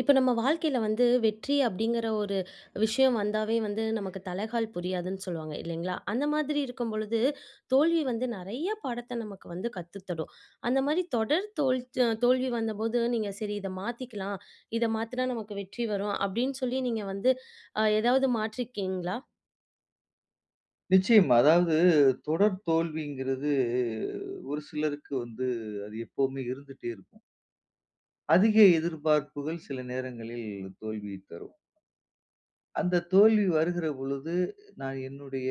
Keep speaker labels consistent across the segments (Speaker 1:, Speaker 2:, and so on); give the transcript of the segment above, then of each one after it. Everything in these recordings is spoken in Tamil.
Speaker 1: இப்போ நம்ம வாழ்க்கையில வந்து வெற்றி அப்படிங்கிற ஒரு விஷயம் வந்தாவே வந்து நமக்கு தலைகால் புரியாதுன்னு சொல்லுவாங்க இல்லைங்களா? அந்த மாதிரி இருக்கும் பொழுது, தோல்வி வந்து நெறைய பாடத்த நமக்கு வந்து கத்துத் தரும். அந்த மாதிரி தொடர் தோல்வி வந்தபோது நீங்க சரி இத மாத்திக்கலாம். இத மாத்துனா நமக்கு வெற்றி வரும் அப்படின்னு சொல்லி நீங்க வந்து ஏதாவது மாற்றிருக்கீங்களா?
Speaker 2: நிச்சயமா. அதாவது தொடர் தோல்விங்கிறது ஒரு சிலருக்கு வந்து அது எப்பவுமே இருந்துட்டே இருக்கும். அதிக எதிர்பார்ப்புகள் சில நேரங்களில் தோல்வியை தரும். அந்த தோல்வி வருகிற பொழுது, நான் என்னுடைய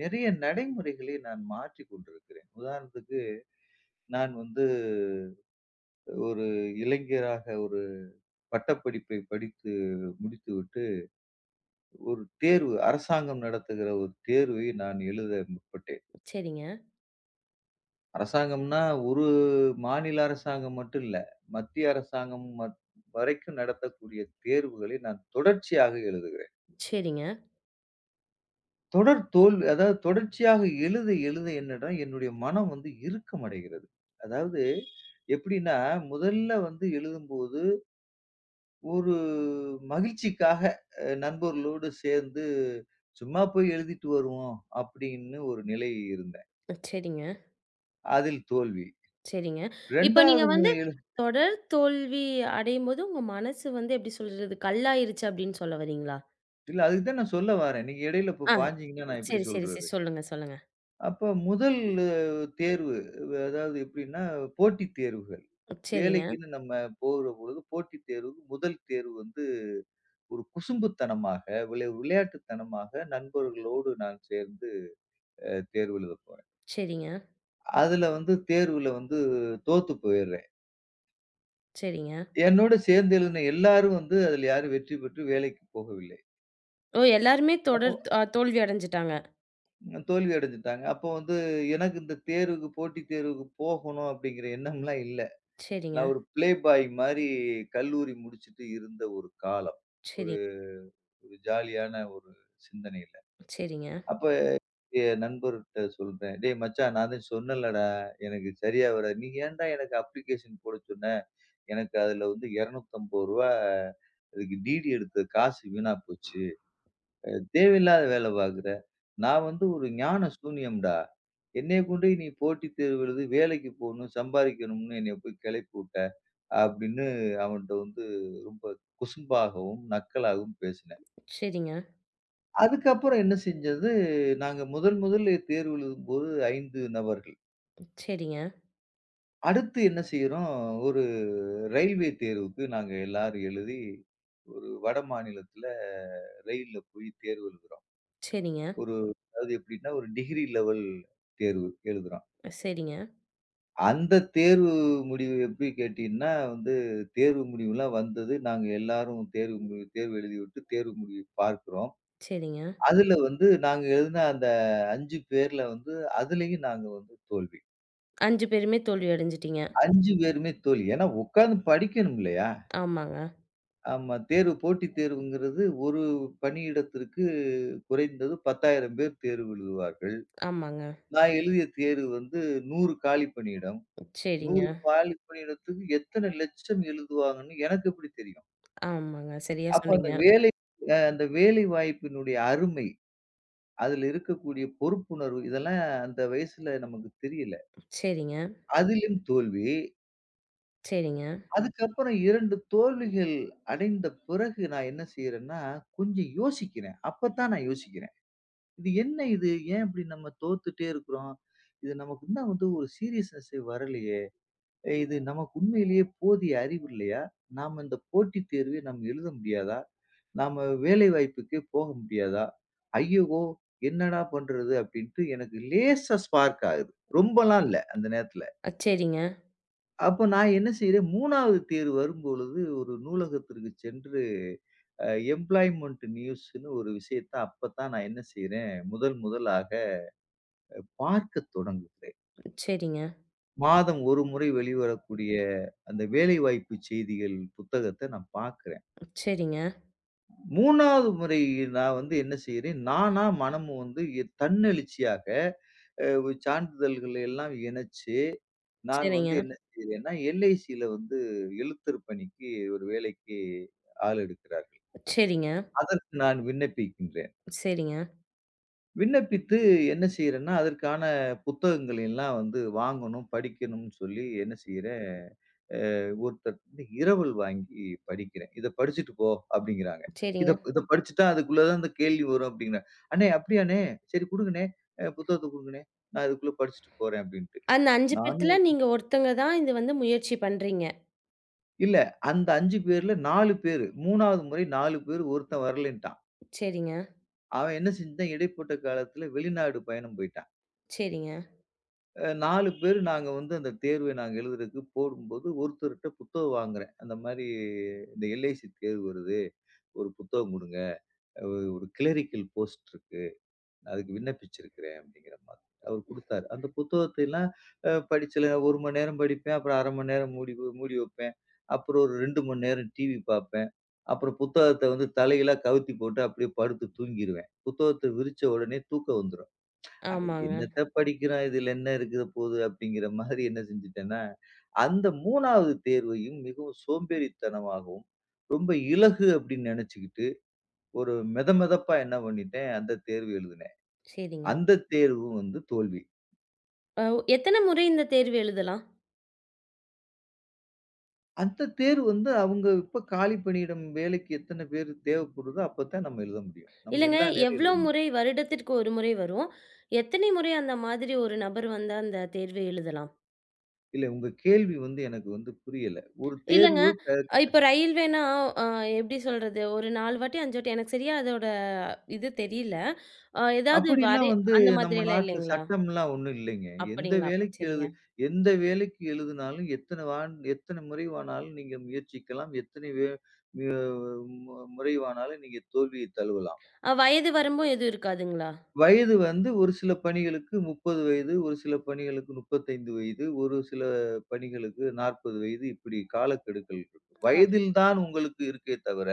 Speaker 2: நிறைய நடைமுறைகளை நான் மாற்றிக் கொண்டிருக்கிறேன். உதாரணத்துக்கு நான் வந்து ஒரு இளைஞராக ஒரு பட்டப்படிப்பை படித்து முடித்துவிட்டு, ஒரு தேர்வு அரசாங்கம் நடத்துகிற ஒரு தேர்வை நான் எழுத முற்பட்டேன்.
Speaker 1: சரிங்க,
Speaker 2: அரசாங்கம்னா, ஒரு மாநில அரசாங்கம் மட்டும் இல்ல. மத்திய அரசாங்கம் வரைக்கும் நடத்தக்கூடிய தேர்வுகளை நான் தொடர்ச்சியாக எழுதுகிறேன்.
Speaker 1: சரிங்க,
Speaker 2: தொடர் தோல்வி அதாவது தொடர்ச்சியாக எழுத எழுத என்னன்னா, என்னுடைய மனம் வந்து இறுக்கமடைகிறது. அதாவது எப்படின்னா, முதல்ல வந்து எழுதும்போது ஒரு மகிழ்ச்சிக்காக நண்பர்களோடு சேர்ந்து சும்மா போய் எழுதிட்டு வருவோம், அப்படின்னு ஒரு நிலை இருந்தேன்.
Speaker 1: சரிங்க,
Speaker 2: அதில் தோல்வி.
Speaker 1: சரிங்க. இப்ப நீங்க
Speaker 2: 2வது
Speaker 1: வந்து
Speaker 2: முறை
Speaker 1: தொடர் தோல்வி அடையும்போது உங்க மனசு வந்து எப்படி சொல்றது? கல்லாயிருச்சு அப்படின்னு சொல்ல வர்றீங்களா?
Speaker 2: இல்ல அதுக்கு தான் நான் சொல்ல வாரேன். நீங்க இடையில இப்போ
Speaker 1: ஆ.
Speaker 2: பாய்ஞ்சீங்கன்னா நான் எப்படி
Speaker 1: சரி, சரி, சரி.
Speaker 2: சொல்றது?
Speaker 1: சொல்லுங்க, சொல்லுங்க.
Speaker 2: அப்ப முதல் தேர்வு அதாவது எப்படின்னா, போட்டித் தேர்வுகள்.
Speaker 1: சரிங்க,
Speaker 2: வேலைக்குன்னு நம்ம போகிற பொழுது போட்டித் தேர்வுக்கு முதல் தேர்வு வந்து ஒரு குசும்புத்தனமாக, விளையாட்டுத்தனமாக நண்பர்களோடு நான் சேர்ந்து தேர்வு எழுதப் போறேன்.
Speaker 1: சரிங்க,
Speaker 2: அதுல வந்து தேர்வுல வந்து தோத்து போயிர்றேன்.
Speaker 1: சரிங்க.
Speaker 2: என்னோட சேர்ந்து எழுதின எல்லாரும் வந்து அதுல யாரும் வெற்றி பெற்று வேலைக்கு போகவில்லை.
Speaker 1: ஓ! எல்லாருமே
Speaker 2: அப்போ
Speaker 1: தொடர் தோல்வி அடைஞ்சுட்டாங்க.
Speaker 2: தோல்வி அடைஞ்சுட்டாங்க. அப்போ வந்து எனக்கு இந்த தேர்வுக்கு போட்டித் தேர்வுக்கு போகணும் அப்படிங்கிற எண்ணம்லாம் இல்ல.
Speaker 1: சரிங்க,
Speaker 2: நான் ஒரு பிளே பாய் மாரி கல்லூரி முடிச்சுட்டு இருந்த ஒரு காலம்.
Speaker 1: சரி,
Speaker 2: ஒரு ஒரு ஜாலியான ஒரு சிந்தனையில.
Speaker 1: சரிங்க,
Speaker 2: அப்ப என் நண்பர்ட்ட சொல்றேன். "டேய் மச்சான் நான் தான் சொன்னேன்லடா, எனக்கு சரியா வராது. நீ ஏன்டா எனக்கு அப்ளிகேஷன் போட சொன்ன? எனக்கு அதுல வந்து ரூ. 250 இதுக்கு டிடி எடுத்த காசு வீணா போச்சு." தேவையில்லாத வேலை பார்க்குற. நான் வந்து ஒரு ஞான சூனியம்டா. என்னைய கொண்டு போய் நீ போட்டித் தேர்வு எழுதி வேலைக்கு போணும், சம்பாரிக்கணும்னு என்னைய போய் கிளப்பி விட்ட. அப்படின்னு அவன்ட்ட வந்து ரொம்ப குசும்பாகவும், நக்கலாகவும் பேசினேன்.
Speaker 1: சரிங்க,
Speaker 2: அதுக்கப்புறம் என்ன செஞ்சது, நாங்க முதல் முதல்ல தேர்வு எழுதும்போது 5 நபர்கள்.
Speaker 1: சரிங்க,
Speaker 2: அடுத்து என்ன செய்றோம், ஒரு ரயில்வே தேர்வுக்கு நாங்க எல்லாரும் எழுதி, ஒரு வட மாநிலத்தில ரயில்ல போய் தேர்வு எழுதுறோம்.
Speaker 1: சரிங்க,
Speaker 2: ஒரு அதாவது எப்படின்னா, ஒரு டிகிரி லெவல் தேர்வு எழுதுறான்.
Speaker 1: சரிங்க,
Speaker 2: அந்த தேர்வு முடிவு எப்படி கேட்டீங்கன்னா, வந்து தேர்வு முடிவுலாம் வந்தது. நாங்க எல்லாரும் தேர்வு முடிவு தேர்வு எழுதிவிட்டு தேர்வு முடிவு பார்க்கிறோம்.
Speaker 1: சரிங்க.
Speaker 2: அதுல வந்து நாங்க எழுதின அந்த 5 பேர்ல வந்து அதுலயும் நாங்க வந்து தோல்வி.
Speaker 1: 5 பேருமே தோல்வி அடைஞ்சுட்டீங்க.
Speaker 2: 5 பேருமே தோல்வி. ஏன்னா உட்கார்ந்து படிக்கணும் இல்லையா?
Speaker 1: ஆமாங்க,
Speaker 2: ஆமா. தேர்வு போட்டித் தேர்வுங்கிறது ஒரு பணியிடத்திற்கு குறைந்தது 10,000 பேர் தேர்வு எழுதுவார்கள்.
Speaker 1: ஆமாங்க.
Speaker 2: நான் எழுதிய தேர்வு வந்து 100 காலி பணியிடம்.
Speaker 1: சரிங்க,
Speaker 2: 100 காலி பணியிடத்துக்கு எத்தனை லட்சம் எழுதுவாங்கன்னு எனக்கு எப்படி தெரியும்?
Speaker 1: ஆமாங்க. சரியா
Speaker 2: அப்ப
Speaker 1: சொன்னீங்க.
Speaker 2: அந்த வேலை அந்த வேலை வாய்ப்பினுடைய அருமை, அதுல இருக்கக்கூடிய பொறுப்புணர்வு இதெல்லாம் அந்த வயசுல நமக்கு தெரியல.
Speaker 1: சரிங்க,
Speaker 2: அதிலும் தோல்வி.
Speaker 1: சரிங்க,
Speaker 2: அதுக்கப்புறம் 2 தோல்விகள் அடைந்த பிறகு நான் என்ன செய்றேன்னா, கொஞ்சம் யோசிக்கிறேன். அப்பத்தான் நான் யோசிக்கிறேன். இது என்ன இது? ஏன் இப்படி நம்ம தோத்துட்டே இருக்கிறோம்? இது நமக்கு இன்னும் வந்து ஒரு சீரியஸ்னஸ்ஸே வரலையே! இது நமக்கு உண்மையிலேயே போதிய அறிவு இல்லையா? நாம இந்த போட்டித் தேர்வை நாம் எழுத முடியாதா? நாம வேலை வாய்ப்புக்கே போக முடியாதா? ஐயோ! என்னடா பண்றது? அப்படின்ட்டு எனக்கு லேசா ஸ்பார்க் ஆகுது. ரொம்பலாம் இல்ல அந்த நேரத்துல.
Speaker 1: சரிங்க,
Speaker 2: அப்ப நான் என்ன செய்றேன் 3வது தேர்வு வரும்பொழுது ஒரு நூலகத்திற்கு சென்று அ எம்ப்ளாய்மென்ட் நியூஸ்ன்னு ஒரு விஷயத்த அப்பத்தான் நான் என்ன செய்றேன் முதல் முதலாக பார்க்கத் தொடங்குகிறேன்.
Speaker 1: சரிங்க,
Speaker 2: மாதம் ஒரு முறை வெளிவரக்கூடிய அந்த வேலைவாய்ப்பு செய்திகள் புத்தகத்த நான் பார்க்கிறேன்.
Speaker 1: சரிங்க,
Speaker 2: 3வது முறை நான் வந்து என்ன செய்றேன், நானா மனம் வந்து தன்னெழுச்சியாக அ சான்றிதழ்களை எல்லாம் இணைச்சு, நான் வந்து
Speaker 1: சரிங்க,
Speaker 2: என்ன செய்றேன்னா, எல்ஐசியில வந்து எழுத்தர் பணிக்கு ஒரு வேலைக்கு ஆள் எடுக்கிறார்கள்.
Speaker 1: சரிங்க,
Speaker 2: அதற்கு நான் விண்ணப்பிக்கின்றேன்.
Speaker 1: சரிங்க,
Speaker 2: விண்ணப்பித்து என்ன செய்றேன்னா, அதற்கான புத்தகங்களை எல்லாம் வந்து வாங்கணும், படிக்கணும்னு சொல்லி என்ன செய்றேன் அ ஒருத்தர் வந்து இரவல் வாங்கி படிக்கிறேன். இத படிச்சுட்டு போ அப்படிங்கிறாங்க. இத
Speaker 1: சரிங்க.
Speaker 2: இத படிச்சுட்டா அதுக்குள்ள தான் இந்த கேள்வி வரும் அப்படிங்கிறாங்க. அண்ணே அப்படியாண்ணே? சரி குடுங்கண்ணே. புத்தகத்த குடுங்கண்ணே. நான் இதுக்குள்ள படிச்சுட்டு போறேன் அப்படின்ட்டு.
Speaker 1: அந்த 5
Speaker 2: நானும்
Speaker 1: பேத்துல நீங்க ஒருத்தங்க தான் இது வந்து முயற்சி பண்றீங்க.
Speaker 2: இல்ல அந்த 5 பேர்ல 4 பேரு 3வது முறை 4 பேர் ஒருத்தன் வரலன்ட்டான்.
Speaker 1: சரிங்க,
Speaker 2: அவன் என்ன செஞ்சுட்டான் இடைப்பட்ட காலத்துல வெளிநாடு பயணம் போயிட்டான்.
Speaker 1: சரிங்க.
Speaker 2: 4 பேரு நாங்க வந்து அந்த தேர்வை நாங்க எழுதுறதுக்கு போடும்போது ஒருத்தர்ட்ட புத்தகம் வாங்குறேன். அந்த மாரி இந்த எல்ஐசி தேர்வு வருது. ஒரு புத்தகம் குடுங்க. ஒரு ஒரு கிளரிக்கல் போஸ்ட் இருக்கு. அதுக்கு விண்ணப்பிச்சிருக்கிறேன் அப்படிங்கிற மாதிரி. அவர் குடுத்தாரு. அந்த புத்தகத்தை எல்லாம் படிச்சல 1 மணி நேரம் படிப்பேன். அப்புறம் 1/2 மணி நேரம் மூடி மூடி வைப்பேன். அப்புறம் ஒரு 2 மணி நேரம் டிவி பார்ப்பேன். அப்புறம் புத்தகத்த வந்து தலைகீழா கவுத்தி போட்டு அப்படியே படுத்து தூங்கிருவேன். புத்தகத்த விரிச்ச உடனே தூக்கம் வந்துரும். அட
Speaker 1: ஆமாங்க.
Speaker 2: என்னத்த படிக்கிறோம் இதுல என்ன இருக்கிற போது அப்படிங்கிற மாதிரி என்ன செஞ்சுட்டேன்னா, அந்த 3வது தேர்வையும் மிகவும் சோம்பேறித்தனமாகவும், ரொம்ப இலகு அப்படின்னு நினைச்சுக்கிட்டு ஒரு மெதமெதப்பா என்ன பண்ணிட்டேன், அந்த தேர்வு எழுதினேன்.
Speaker 1: சரிங்க.
Speaker 2: அந்த தேர்வு வந்து தோல்வி.
Speaker 1: அ எத்தன முறை இந்த தேர்வு எழுதலாம்?
Speaker 2: அந்த தேர்வு வந்து அவங்க இப்ப காலி பணியிடம் வேலைக்கு எத்தன பேரு தேவைப்படுதோ அப்பத்தான் நம்ம எழுத முடியும். நம்ம
Speaker 1: இல்லங்க,
Speaker 2: எல்லா நேரம்
Speaker 1: எவ்ளோ
Speaker 2: எழுத முடியும்.
Speaker 1: முறை வருடத்திற்கு 1 முறை வரும்? எத்தனை முறை அந்த மாதிரி ஒரு நபர் வந்து அந்த தேர்வு எழுதலாம்?
Speaker 2: இல்ல உங்க கேள்வி வந்து எனக்கு வந்து புரியல. ஒரு
Speaker 1: இல்லங்க,
Speaker 2: தேர்வு
Speaker 1: இப்ப ரயில்வேன்னா அ எப்படி சொல்றது? ஒரு 4 வாட்டி 5 வாட்டி எனக்கு சரியா அதோட இது தெரியல. ஏதாவது
Speaker 2: அப்படிலாம்
Speaker 1: வரை
Speaker 2: வந்து
Speaker 1: அந்த
Speaker 2: நம்ம
Speaker 1: மாதிரியெல்லாம்
Speaker 2: நாட்டுல
Speaker 1: இல்லைங்களா?
Speaker 2: சட்டம்லாம் ஒண்ணும் இல்லைங்க. எந்த
Speaker 1: அப்படிங்களா? அப்ப
Speaker 2: வேலைக்கு
Speaker 1: சரிங்க.
Speaker 2: எழுது எந்த வேலைக்கு எழுதினாலும் எத்தன எத்தன முறைவானாலும் நீங்க முயற்சிக்கலாம். எத்தனை வே மிய மு முறைவானாலும் நீங்க தோல்வியை தழுவலாம்.
Speaker 1: வயது வரம்பும் எதுவும் இருக்காதுங்களா?
Speaker 2: வயது வந்து ஒரு சில பணிகளுக்கு 30 வயது, ஒரு சில பணிகளுக்கு 35 வயது, ஒரு சில பணிகளுக்கு 40 வயது இப்படி காலக்கெடுக்கள் இருக்கு.
Speaker 1: அ
Speaker 2: வயதில் தான் உங்களுக்கு இருக்கே தவிர,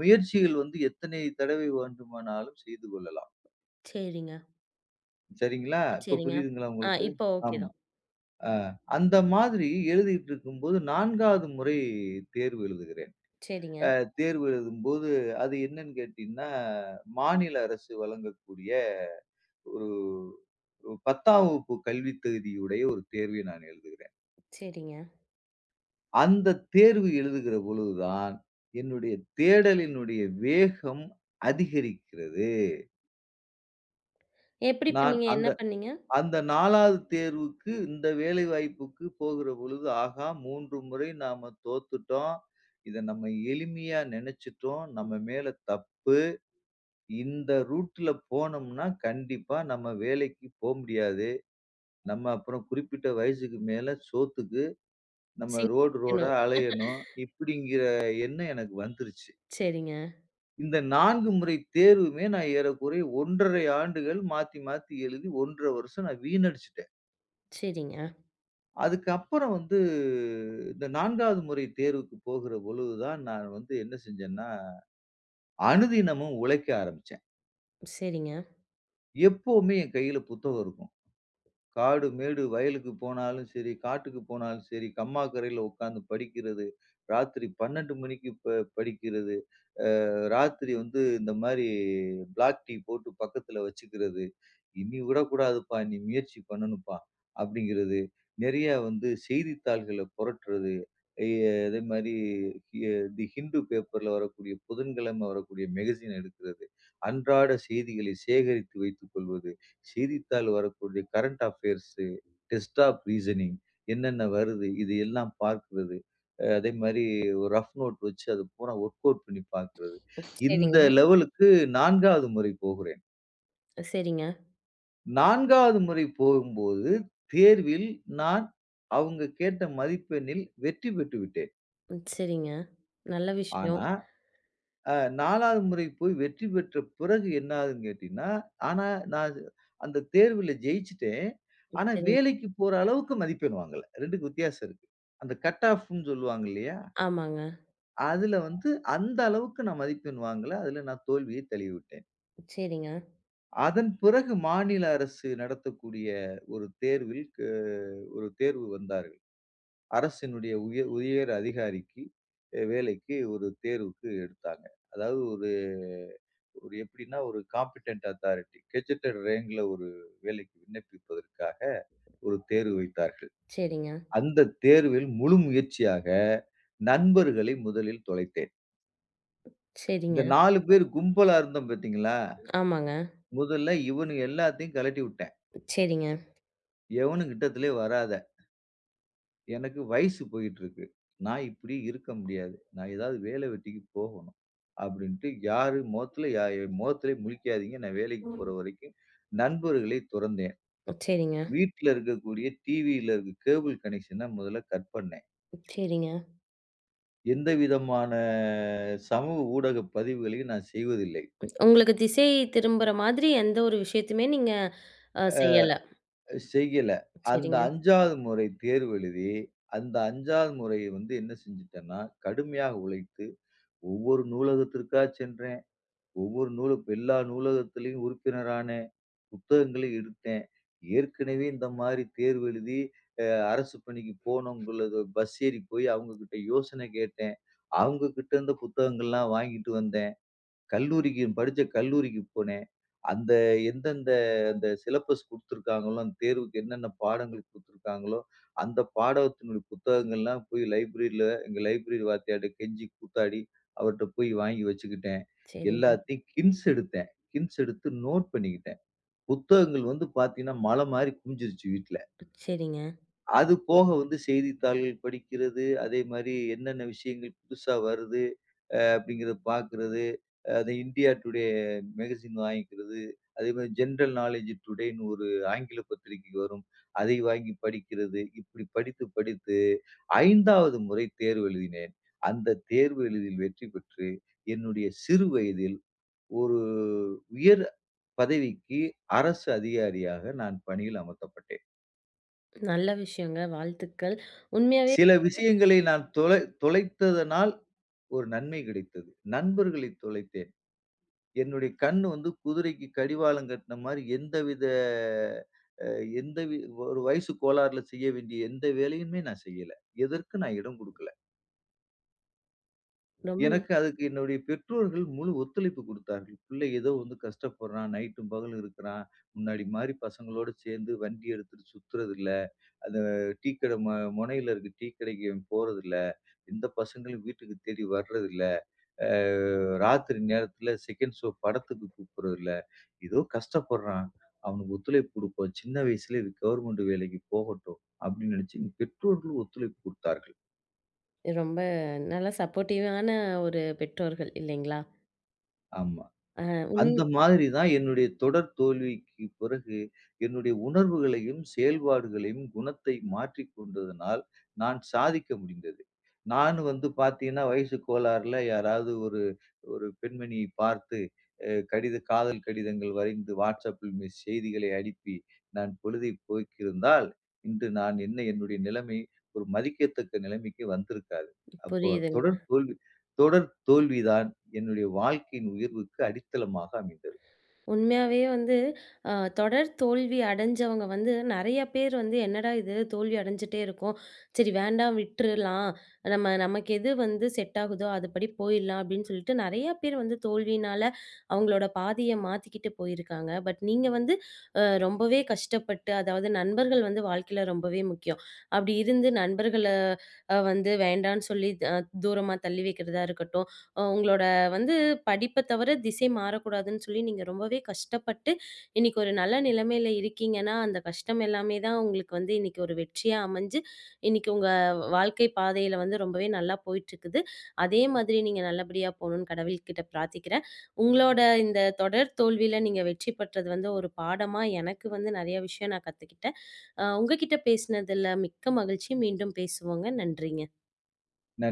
Speaker 2: முயற்சிகள் வந்து எத்தனை தடவை வேண்டுமானாலும் செய்து கொள்ளலாம்.
Speaker 1: சரிங்க,
Speaker 2: சரிங்களா? இப்ப
Speaker 1: சரிங்க.
Speaker 2: புரியுதுங்களா உங்களுக்கு?
Speaker 1: இப்ப ஓகே
Speaker 2: ஆமா.
Speaker 1: தான்.
Speaker 2: அ அந்த மாதிரி எழுதிட்டு இருக்கும்போது 4வது முறை தேர்வு எழுதுகிறேன்.
Speaker 1: சரிங்க,
Speaker 2: அ தேர்வு எழுதும்போது அது என்னன்னு கேட்டீங்கன்னா, மாநில அரசு வழங்கக்கூடிய ஒரு 10ஆம் வகுப்பு கல்வி தகுதியுடைய ஒரு தேர்வை நான் எழுதுகிறேன்.
Speaker 1: சரிங்க.
Speaker 2: அந்த தேர்வு எழுதுகிற பொழுதுதான், என்னுடைய தேடலினுடைய வேகம் அதிகரிக்கிறது.
Speaker 1: எப்படி
Speaker 2: நான்
Speaker 1: பண்ணீங்க? என்ன
Speaker 2: அந்த
Speaker 1: பண்ணீங்க?
Speaker 2: அந்த 4வது தேர்வுக்கு இந்த வேலைவாய்ப்புக்கு போகிற பொழுது, ஆகா 3 முறை நாம தோத்துட்டோம். இத நம்ம எளிமையா நெனச்சுட்டோம். நம்ம மேல தப்பு. இந்த ரூட்ல போனோம்னா கண்டிப்பா நம்ம வேலைக்கு போ முடியாது. நம்ம அப்புறம் குறிப்பிட்ட வயசுக்கு மேல சோத்துக்கு நம்ம
Speaker 1: சிங்
Speaker 2: ரோடு ரோடா
Speaker 1: வைக்கணும்.
Speaker 2: அலையணும். இப்படிங்கிற எண்ணம் எனக்கு வந்துருச்சு.
Speaker 1: சரிங்க,
Speaker 2: இந்த 4 முறை தேர்வுமே நான் ஏறக்குறைய 1 1/2 ஆண்டுகள் மாத்தி, மாத்தி எழுதி 1 1/2 வருஷம் நான் வீணடிச்சுட்டேன்.
Speaker 1: சரிங்க,
Speaker 2: அதுக்கப்புறம் வந்து இந்த 4வது முறை தேர்வுக்கு போகிற பொழுது தான் நான் வந்து என்ன செஞ்சேன்னா, அனுதினமும் உழைக்க ஆரம்பிச்சேன்.
Speaker 1: சரிங்க,
Speaker 2: எப்பவுமே என் கையில புத்தகம் இருக்கும். காடு, மேடு, வயலுக்கு போனாலும் சரி, காட்டுக்கு போனாலும் சரி, கம்மாக்கரையில உட்கார்ந்து படிக்கிறது, ராத்திரி 12 மணிக்கு படிக்கிறது. ராத்திரி வந்து இந்த மாரி பிளாக் டீ போட்டு பக்கத்துல வச்சுக்கிறது. "இனி விடக்கூடாதுப்பா, நீ முயற்சி பண்ணணும்ப்பா" அப்படிங்கிறது. நெறைய வந்து செய்தித்தாள்கள புரட்டுறது. எ அதே மாரி எ தி ஹிண்டு பேப்பர்ல வரக்கூடிய புதன்கிழமை வரக்கூடிய மேகசின் எடுக்கிறது. அன்றாட செய்திகளை சேகரித்து வைத்துக் கொள்வது. செய்தித்தாள் வரக்கூடிய current affairs, test of reasoning என்னென்ன வருது இது எல்லாம் பார்க்கிறது. அதே மாரி ஒரு ரஃப் நோட் வச்சு அது பூரா ஒர்க் அவுட் பண்ணி பார்க்கிறது. இந்த
Speaker 1: சரிங்க,
Speaker 2: லெவலுக்கு 4வது முறை போகிறேன்.
Speaker 1: சரிங்க,
Speaker 2: 4வது முறை போகும்போது, தேர்வில் நான் அவங்க கேட்ட மதிப்பெண்ணில் வெற்றி பெற்று விட்டேன்.
Speaker 1: சரிங்க. நல்ல விஷயம்.
Speaker 2: ஆனா, அ 4வது முறை போய் வெற்றி பெற்ற பிறகு என்ன ஆகுதுன்னு கேட்டீங்கன்னா, ஆனா நான் அந்த தேர்வுல ஜெயிச்சுட்டேன். ஆனா,
Speaker 1: சரிங்க.
Speaker 2: வேலைக்கு போற அளவுக்கு மதிப்பெண் வாங்கல. 2க்கும் வித்தியாசம் இருக்கு. அந்த கட் ஆஃப்ன்னு சொல்லுவாங்க இல்லையா?
Speaker 1: ஆமாங்க.
Speaker 2: அதுல வந்து அந்த அளவுக்கு நான் மதிப்பெண் வாங்கல. அதுல நான் தோல்வியை தழுவிவிட்டேன்.
Speaker 1: சரிங்க,
Speaker 2: அதன் பிறகு மாநில அரசு நடத்தக்கூடிய ஒரு தேர்வில் ஒரு தேர்வு வந்தார்கள். அரசினுடைய உயர் அதிகாரிக்கு வேலைக்கு ஒரு தேர்வுக்கு எடுத்தாங்க. அதாவது ஒரு ஒரு எப்படின்னா ஒரு காம்பிட்டன்ட் அத்தாரிட்டி கெட்ஜெட்டட் ரேங்க்ல ஒரு வேலைக்கு விண்ணப்பிப்பதற்காக ஒரு தேர்வு வைத்தார்கள்.
Speaker 1: சரிங்க,
Speaker 2: அந்த தேர்வில் முழு முயற்சியாக நண்பர்களை முதலில் தொலைத்தேன். இந்த
Speaker 1: சரிங்க.
Speaker 2: 4 பேர் கும்பலா இருந்தோம் பார்த்தீங்களா?
Speaker 1: ஆமாங்க.
Speaker 2: முதல்ல இவனுங்க எல்லாத்தையும் கழட்டி விட்டேன்.
Speaker 1: சரிங்க,
Speaker 2: எவனும் கிட்டத்திலே வராத எனக்கு வயசு போயிட்டுருக்கு. நான் இப்படி இருக்க முடியாது. நான் ஏதாவது வேலை வெட்டிக்கு போகணும். அப்படின்ட்டு யாரு முகத்துல என் முகத்திலே முழிக்காதீங்க. நான் வேலைக்கு போற வரைக்கும் நண்பர்களை துறந்தேன்.
Speaker 1: சரிங்க,
Speaker 2: வீட்ல இருக்கக்கூடிய டிவியில இருக்க கேபிள் கனெக்ஷன முதல்ல கட் பண்ணேன்.
Speaker 1: சரிங்க.
Speaker 2: எந்த விதமான சமூக ஊடக பதிவுகளையும் நான் செய்வதில்லை.
Speaker 1: உங்களுக்கு திசை திரும்புற மாதிரி எந்த ஒரு விஷயத்தையுமே நீங்க செய்யல.
Speaker 2: செய்யல. அந்த
Speaker 1: சரிங்க,
Speaker 2: 5வது முறை தேர்வு எழுதி, அந்த 5வது முறை வந்து என்ன செஞ்சுட்டேன்னா, கடுமையாக உழைத்து ஒவ்வொரு நூலகத்திற்கா சென்றேன். ஒவ்வொரு நூலுக்கு எல்லா நூலகத்திலயும் உறுப்பினரானேன். புத்தகங்களை எடுத்தேன். ஏற்கனவே இந்த மாரி தேர்வு எழுதி அ அரசு பணிக்கு போனவங்களது பஸ் ஏறி போய் அவங்க கிட்ட யோசனை கேட்டேன். அவங்க கிட்ட இருந்த புத்தகங்கள்லாம் வாங்கிட்டு வந்தேன். கல்லூரிக்கு போனேன். அந்த எந்தெந்த அந்த சிலபஸ் குடுத்துருக்காங்களோ, அந்த தேர்வுக்கு என்னென்ன பாடங்கள் குடுத்துருக்காங்களோ, அந்த பாடத்தினுடைய புத்தகங்கள்லாம் போய் லைப்ரரியில எங்க லைப்ரரி வாத்தியார்ட்ட கெஞ்சி கூத்தாடி, அவர்ட்ட போய் வாங்கி வச்சுக்கிட்டேன்.
Speaker 1: சரிங்க,
Speaker 2: எல்லாத்தையும் கிண்ட்ஸ் எடுத்தேன். கிண்ட்ஸ் எடுத்து நோட் பண்ணிக்கிட்டேன். புத்தகங்கள் வந்து பார்த்தீங்கன்னா, மலை மாரி குமிஞ்சிருச்சு வீட்ல.
Speaker 1: சரிங்க.
Speaker 2: அது போக வந்து செய்தித்தாள்கள் படிக்கிறது, அதே மாரி என்னென்ன விஷயங்கள் புதுசா வருது அப்படிங்கிறத பார்க்குறது, அது இந்தியா டுடே மேகசின் வாங்கிக்கிறது, அதேமாரி ஜென்ரல் நாலேட்ஜ் டுடேன்னு ஒரு ஆங்கில பத்திரிகை வரும். அதை வாங்கி படிக்கிறது. இப்படி படித்து, படித்து 5வது முறை தேர்வு எழுதினேன். அந்த தேர்வு எழுதில் வெற்றி பெற்று, என்னுடைய சிறு வயதில் ஒரு உயர் பதவிக்கு அரசு அதிகாரியாக நான் பணியில் அமர்த்தப்பட்டேன்.
Speaker 1: நல்ல விஷயங்க. வாழ்த்துக்கள். உண்மையாவே
Speaker 2: சில விஷயங்களை நான் தொலைத்ததனால் ஒரு நன்மை கிடைத்தது. நண்பர்களை தொலைத்தேன். என்னுடைய கண்ணு வந்து குதிரைக்கு கடிவாளம் கட்டின மாரி எந்தவித அ எந்த வி ஒரு வயசு கோளாறுல செய்ய வேண்டிய எந்த வேலையுமே நான் செய்யல. எதற்கு நான் இடம் குடுக்கல.
Speaker 1: ரொம்ப
Speaker 2: எனக்கு அதுக்கு என்னுடைய பெற்றோர்கள் முழு ஒத்துழைப்பு குடுத்தார்கள். பிள்ளை ஏதோ வந்து கஷ்டப்படுறான், நைட்டும் பகலும் இருக்கிறான். முன்னாடி மாரி பசங்களோடு சேர்ந்து வண்டி எடுத்துட்டு சுத்துறதில்ல. அந்த டீ கடை மொ மொனையில இருக்க டீ கடைக்கு போறதில்ல. எந்த பசங்களும் வீட்டுக்கு தேடி வர்றதில்ல. அ ராத்திரி நேரத்தில செகண்ட் ஷோ படத்துக்கு கூப்பிடுறதில்ல. ஏதோ கஷ்டப்படுறான். அவனுக்கு ஒத்துழைப்பு குடுப்போம். சின்ன வயசுல இது கவர்மெண்ட் வேலைக்கு போகட்டும். அப்படின்னு நினைச்சு பெற்றோர்கள் ஒத்துழைப்பு குடுத்தார்கள்.
Speaker 1: ரொம்ப நல்லா சப்போர்ட்டிவான ஒரு பெற்றோர்கள் இல்லைங்களா?
Speaker 2: ஆமா.
Speaker 1: அ உண்
Speaker 2: அந்த மாதிரி தான் என்னுடைய தொடர் தோல்விக்கு பிறகு, என்னுடைய உணர்வுகளையும், செயல்பாடுகளையும், குணத்தை மாற்றிக் கொண்டதனால், நான் சாதிக்க முடிந்தது. நான் வந்து பார்த்தீங்கன்னா, வயசு கோளாறுல யாராவது ஒரு ஒரு பெண்மணியை பார்த்து, அ கடித காதல் கடிதங்கள் வரைந்து WhatsAppல் செய்திகளை அனுப்பி, நான் பொழுதை போக்கியிருந்தால், இன்று நான் என்னுடைய நிலைமை ஒரு மதிக்கத்தக்க நிலைமைக்கு வந்திருக்காது. அப்போ
Speaker 1: புரியுதுங்க.
Speaker 2: தொடர் தோல்வி தொடர் தோல்விதான் என்னுடைய வாழ்க்கையின் உயர்வுக்கு அடித்தளமாக அமைந்தது.
Speaker 1: உண்மையாவே வந்து அ தொடர் தோல்வி அடைஞ்சவங்க வந்து நெறைய பேர் வந்து என்னடா இது தோல்வி அடைஞ்சுட்டே இருக்கோம். சரி வேண்டாம் விட்டுறலாம். நம்ம நமக்கு எது வந்து செட் ஆகுதோ அதுபடி போயிடலாம் அப்படின்னு சொல்லிட்டு நெறைய பேர் வந்து தோல்வியினால அவங்களோட பாதைய மாத்திக்கிட்டு போயிருக்காங்க. பட் நீங்க வந்து ரொம்பவே கஷ்டப்பட்டு அதாவது நண்பர்கள் வந்து வாழ்க்கையில ரொம்பவே முக்கியம். அப்படி இருந்து நண்பர்கள வந்து வேண்டான்னு சொல்லி தூரமா தள்ளி வைக்கிறதா இருக்கட்டும், உங்களோட வந்து படிப்ப தவிர திசை மாறக்கூடாதுன்னு சொல்லி நீங்க ரொம்பவே கஷ்டப்பட்டு, இன்னைக்கு ஒரு நல்ல நிலைமையில இருக்கீங்கன்னா, அந்த கஷ்டம் எல்லாமே தான் உங்களுக்கு வந்து இன்னைக்கு ஒரு வெற்றியா அமைஞ்சு, இன்னைக்கு உங்க வாழ்க்கை பாதையில வந்து ரொம்பவே நல்லா போயிட்டுருக்குது. அதே மாதிரி நீங்க நல்லபடியா போணும்னு கடவுள்கிட்ட பிரார்த்திக்கிறேன். உங்களோட இந்த தொடர் தோல்வியில நீங்க வெற்றி பெற்றது வந்து ஒரு பாடமா எனக்கு வந்து நெறைய விஷயம் நான் கத்துக்கிட்டேன். உங்ககிட்ட பேசினதுல மிக்க மகிழ்ச்சி. மீண்டும் பேசுவோங்க. நன்றிங்க.